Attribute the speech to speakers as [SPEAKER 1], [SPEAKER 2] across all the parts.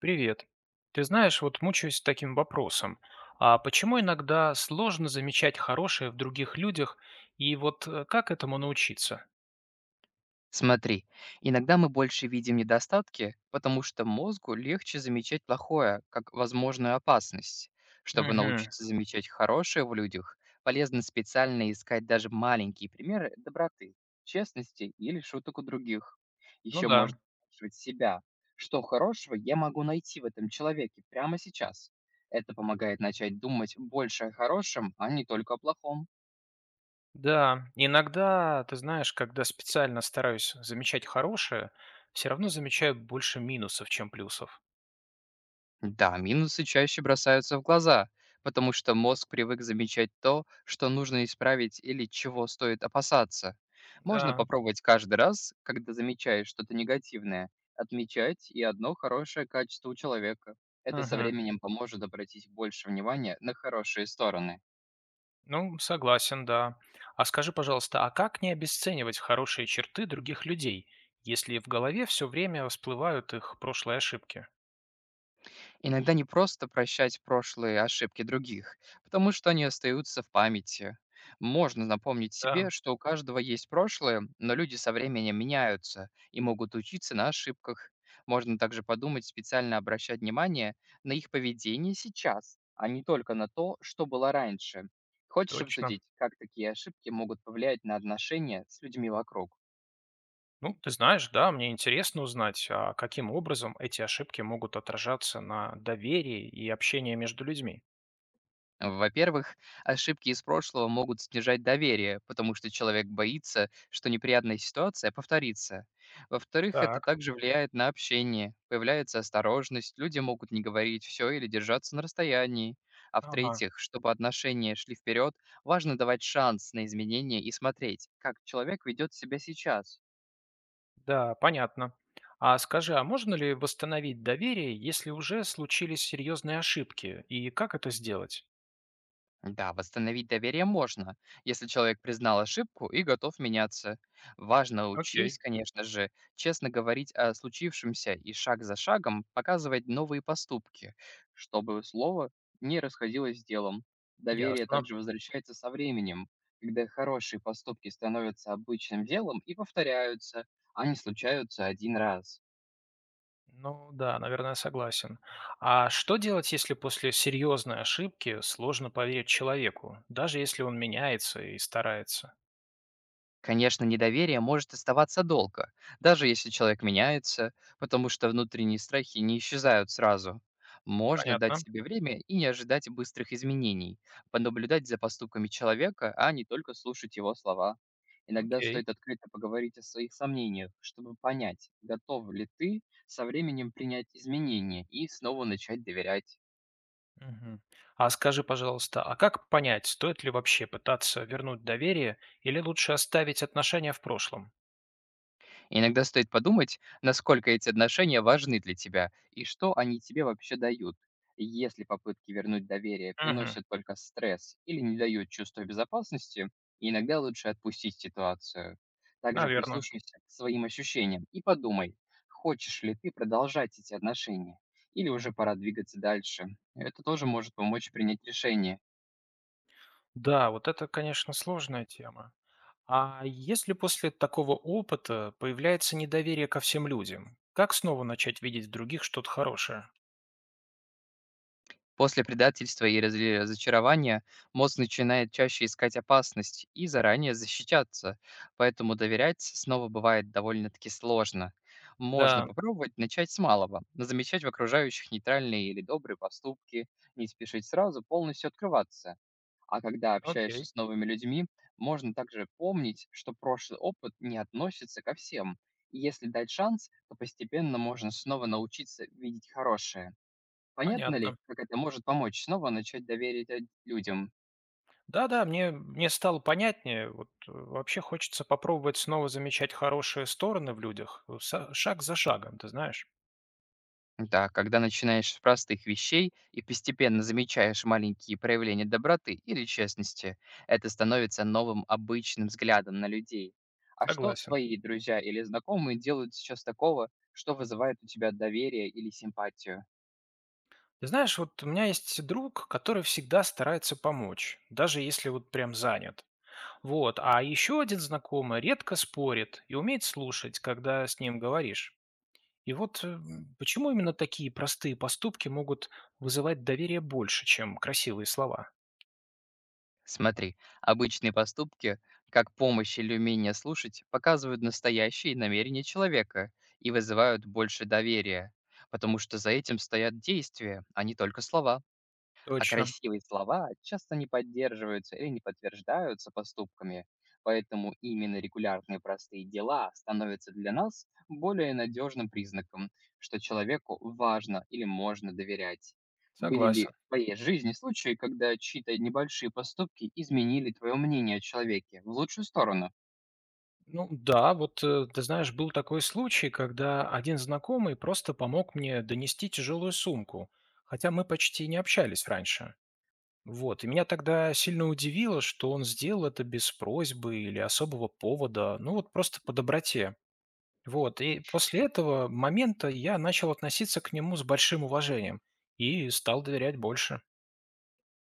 [SPEAKER 1] Привет. Ты знаешь, вот мучаюсь таким вопросом. А почему иногда сложно замечать хорошее в других людях, и вот как этому научиться?
[SPEAKER 2] Смотри, иногда мы больше видим недостатки, потому что мозгу легче замечать плохое, как возможную опасность. Чтобы
[SPEAKER 1] Угу.
[SPEAKER 2] научиться замечать хорошее в людях, полезно специально искать даже маленькие примеры доброты, честности или шуток у других.
[SPEAKER 1] Ну
[SPEAKER 2] Еще можно
[SPEAKER 1] да.
[SPEAKER 2] спрашивать себя, что хорошего я могу найти в этом человеке прямо сейчас. Это помогает начать думать больше о хорошем, а не только о плохом.
[SPEAKER 1] Да, иногда, ты знаешь, когда специально стараюсь замечать хорошее, все равно замечаю больше минусов, чем плюсов.
[SPEAKER 2] Да, минусы чаще бросаются в глаза, потому что мозг привык замечать то, что нужно исправить или чего стоит опасаться. Можно
[SPEAKER 1] Да.
[SPEAKER 2] попробовать каждый раз, когда замечаешь что-то негативное, отмечать и одно хорошее качество у человека. Это со
[SPEAKER 1] Мгм.
[SPEAKER 2] временем поможет обратить больше внимания на хорошие стороны.
[SPEAKER 1] Ну, согласен, да. А скажи, пожалуйста, а как не обесценивать хорошие черты других людей, если в голове все время всплывают их прошлые ошибки?
[SPEAKER 2] Иногда не просто прощать прошлые ошибки других, потому что они остаются в памяти. Можно напомнить
[SPEAKER 1] Да.
[SPEAKER 2] себе, что у каждого есть прошлое, но люди со временем меняются и могут учиться на ошибках. Можно также подумать, специально обращать внимание на их поведение сейчас, а не только на то, что было раньше. Хочешь
[SPEAKER 1] Точно.
[SPEAKER 2] обсудить, как такие ошибки могут повлиять на отношения с людьми вокруг?
[SPEAKER 1] Ну, ты знаешь, да, мне интересно узнать, а каким образом эти ошибки могут отражаться на доверии и общении между людьми.
[SPEAKER 2] Во-первых, ошибки из прошлого могут снижать доверие, потому что человек боится, что неприятная ситуация повторится. Во-вторых, это
[SPEAKER 1] Так,
[SPEAKER 2] также влияет на общение, появляется осторожность, люди могут не говорить все или держаться на расстоянии. А
[SPEAKER 1] ага,
[SPEAKER 2] в-третьих, чтобы отношения шли вперед, важно давать шанс на изменения и смотреть, как человек ведет себя сейчас.
[SPEAKER 1] да, понятно. А скажи, а можно ли восстановить доверие, если уже случились серьезные ошибки, и как это сделать?
[SPEAKER 2] Да, восстановить доверие можно, если человек признал ошибку и готов меняться. Важно
[SPEAKER 1] Окей,
[SPEAKER 2] учесть, конечно же, честно говорить о случившемся и шаг за шагом показывать новые поступки, чтобы слово не расходилось с делом. Доверие
[SPEAKER 1] ясно.
[SPEAKER 2] также возвращается со временем, когда хорошие поступки становятся обычным делом и повторяются, а не случаются один раз.
[SPEAKER 1] Ну да, наверное, согласен. А что делать, если после серьезной ошибки сложно поверить человеку, даже если он меняется и старается?
[SPEAKER 2] Конечно, недоверие может оставаться долго, даже если человек меняется, потому что внутренние страхи не исчезают сразу. Можно дать
[SPEAKER 1] Понятно.
[SPEAKER 2] себе время и не ожидать быстрых изменений, понаблюдать за поступками человека, а не только слушать его слова. Иногда
[SPEAKER 1] Окей.
[SPEAKER 2] стоит открыто поговорить о своих сомнениях, чтобы понять, готов ли ты со временем принять изменения и снова начать доверять.
[SPEAKER 1] Мгм. А скажи, пожалуйста, а как понять, стоит ли вообще пытаться вернуть доверие или лучше оставить отношения в прошлом?
[SPEAKER 2] Иногда стоит подумать, насколько эти отношения важны для тебя и что они тебе вообще дают. Если попытки вернуть доверие
[SPEAKER 1] Угу.
[SPEAKER 2] приносят только стресс или не дают чувства безопасности, иногда лучше отпустить ситуацию. Также
[SPEAKER 1] Наверное.
[SPEAKER 2] прислушайся к своим ощущениям и подумай, хочешь ли ты продолжать эти отношения или уже пора двигаться дальше. Это тоже может помочь принять решение.
[SPEAKER 1] Да, вот это, конечно, сложная тема. А если после такого опыта появляется недоверие ко всем людям, как снова начать видеть в других что-то хорошее?
[SPEAKER 2] После предательства и разре разочарования мозг начинает чаще искать опасность и заранее защищаться, поэтому доверять снова бывает довольно-таки сложно. Можно
[SPEAKER 1] Да,
[SPEAKER 2] попробовать начать с малого, но замечать в окружающих нейтральные или добрые поступки, не спешить сразу полностью открываться. А когда общаешься
[SPEAKER 1] окей,
[SPEAKER 2] с новыми людьми, можно также помнить, что прошлый опыт не относится ко всем. И если дать шанс, то постепенно можно снова научиться видеть хорошее. Понятно ли,
[SPEAKER 1] понятно.
[SPEAKER 2] как это может помочь снова начать доверие людям?
[SPEAKER 1] Да-да, мне стало понятнее. Вот вообще хочется попробовать снова замечать хорошие стороны в людях, шаг за шагом, ты знаешь?
[SPEAKER 2] Да, когда начинаешь с простых вещей и постепенно замечаешь маленькие проявления доброты или честности, это становится новым обычным взглядом на людей. А что
[SPEAKER 1] Согласен.
[SPEAKER 2] твои друзья или знакомые делают сейчас такого, что вызывает у тебя доверие или симпатию?
[SPEAKER 1] Ты знаешь, вот у меня есть друг, который всегда старается помочь, даже если вот прям занят. Вот, а еще один знакомый редко спорит и умеет слушать, когда с ним говоришь. И вот почему именно такие простые поступки могут вызывать доверие больше, чем красивые слова?
[SPEAKER 2] Смотри, обычные поступки, как помощь или умение слушать, показывают настоящие намерения человека и вызывают больше доверия, потому что за этим стоят действия, а не только слова. А
[SPEAKER 1] Точно,
[SPEAKER 2] красивые слова часто не поддерживаются или не подтверждаются поступками, поэтому именно регулярные простые дела становятся для нас более надежным признаком, что человеку важно или можно доверять. Были ли
[SPEAKER 1] согласен.
[SPEAKER 2] в твоей жизни случаи, когда чьи-то небольшие поступки изменили твое мнение о человеке в лучшую сторону?
[SPEAKER 1] Ну да, вот ты знаешь, был такой случай, когда один знакомый просто помог мне донести тяжелую сумку, хотя мы почти не общались раньше. Вот, и меня тогда сильно удивило, что он сделал это без просьбы или особого повода, ну вот просто по доброте. Вот, и после этого момента я начал относиться к нему с большим уважением и стал доверять больше.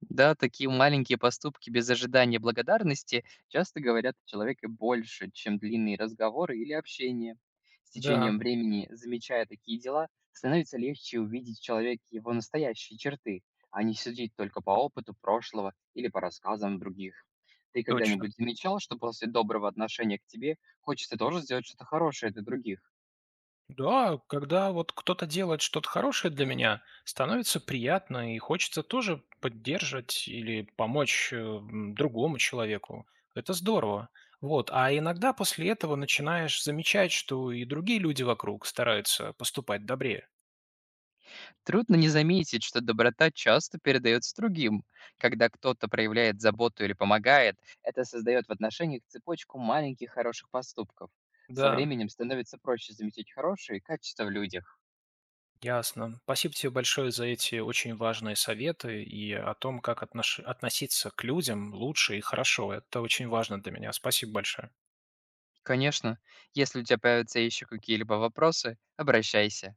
[SPEAKER 2] Да, такие маленькие поступки без ожидания благодарности часто говорят о человеке больше, чем длинные разговоры или общение. С
[SPEAKER 1] Да,
[SPEAKER 2] течением времени, замечая такие дела, становится легче увидеть в человеке его настоящие черты, а не судить только по опыту прошлого или по рассказам других. Ты
[SPEAKER 1] точно.
[SPEAKER 2] когда-нибудь замечал, что после доброго отношения к тебе хочется тоже сделать что-то хорошее для других?
[SPEAKER 1] Да, когда вот кто-то делает что-то хорошее для меня, становится приятно и хочется тоже поддержать или помочь другому человеку. Это здорово. Вот. А иногда после этого начинаешь замечать, что и другие люди вокруг стараются поступать добрее.
[SPEAKER 2] Трудно не заметить, что доброта часто передается другим. Когда кто-то проявляет заботу или помогает, это создает в отношениях цепочку маленьких хороших поступков. Со
[SPEAKER 1] Да,
[SPEAKER 2] временем становится проще заметить хорошие качества в людях.
[SPEAKER 1] ясно. Спасибо тебе большое за эти очень важные советы и о том, как относиться к людям лучше и хорошо. Это очень важно для меня. Спасибо большое.
[SPEAKER 2] Конечно, если у тебя появятся еще какие-либо вопросы, обращайся.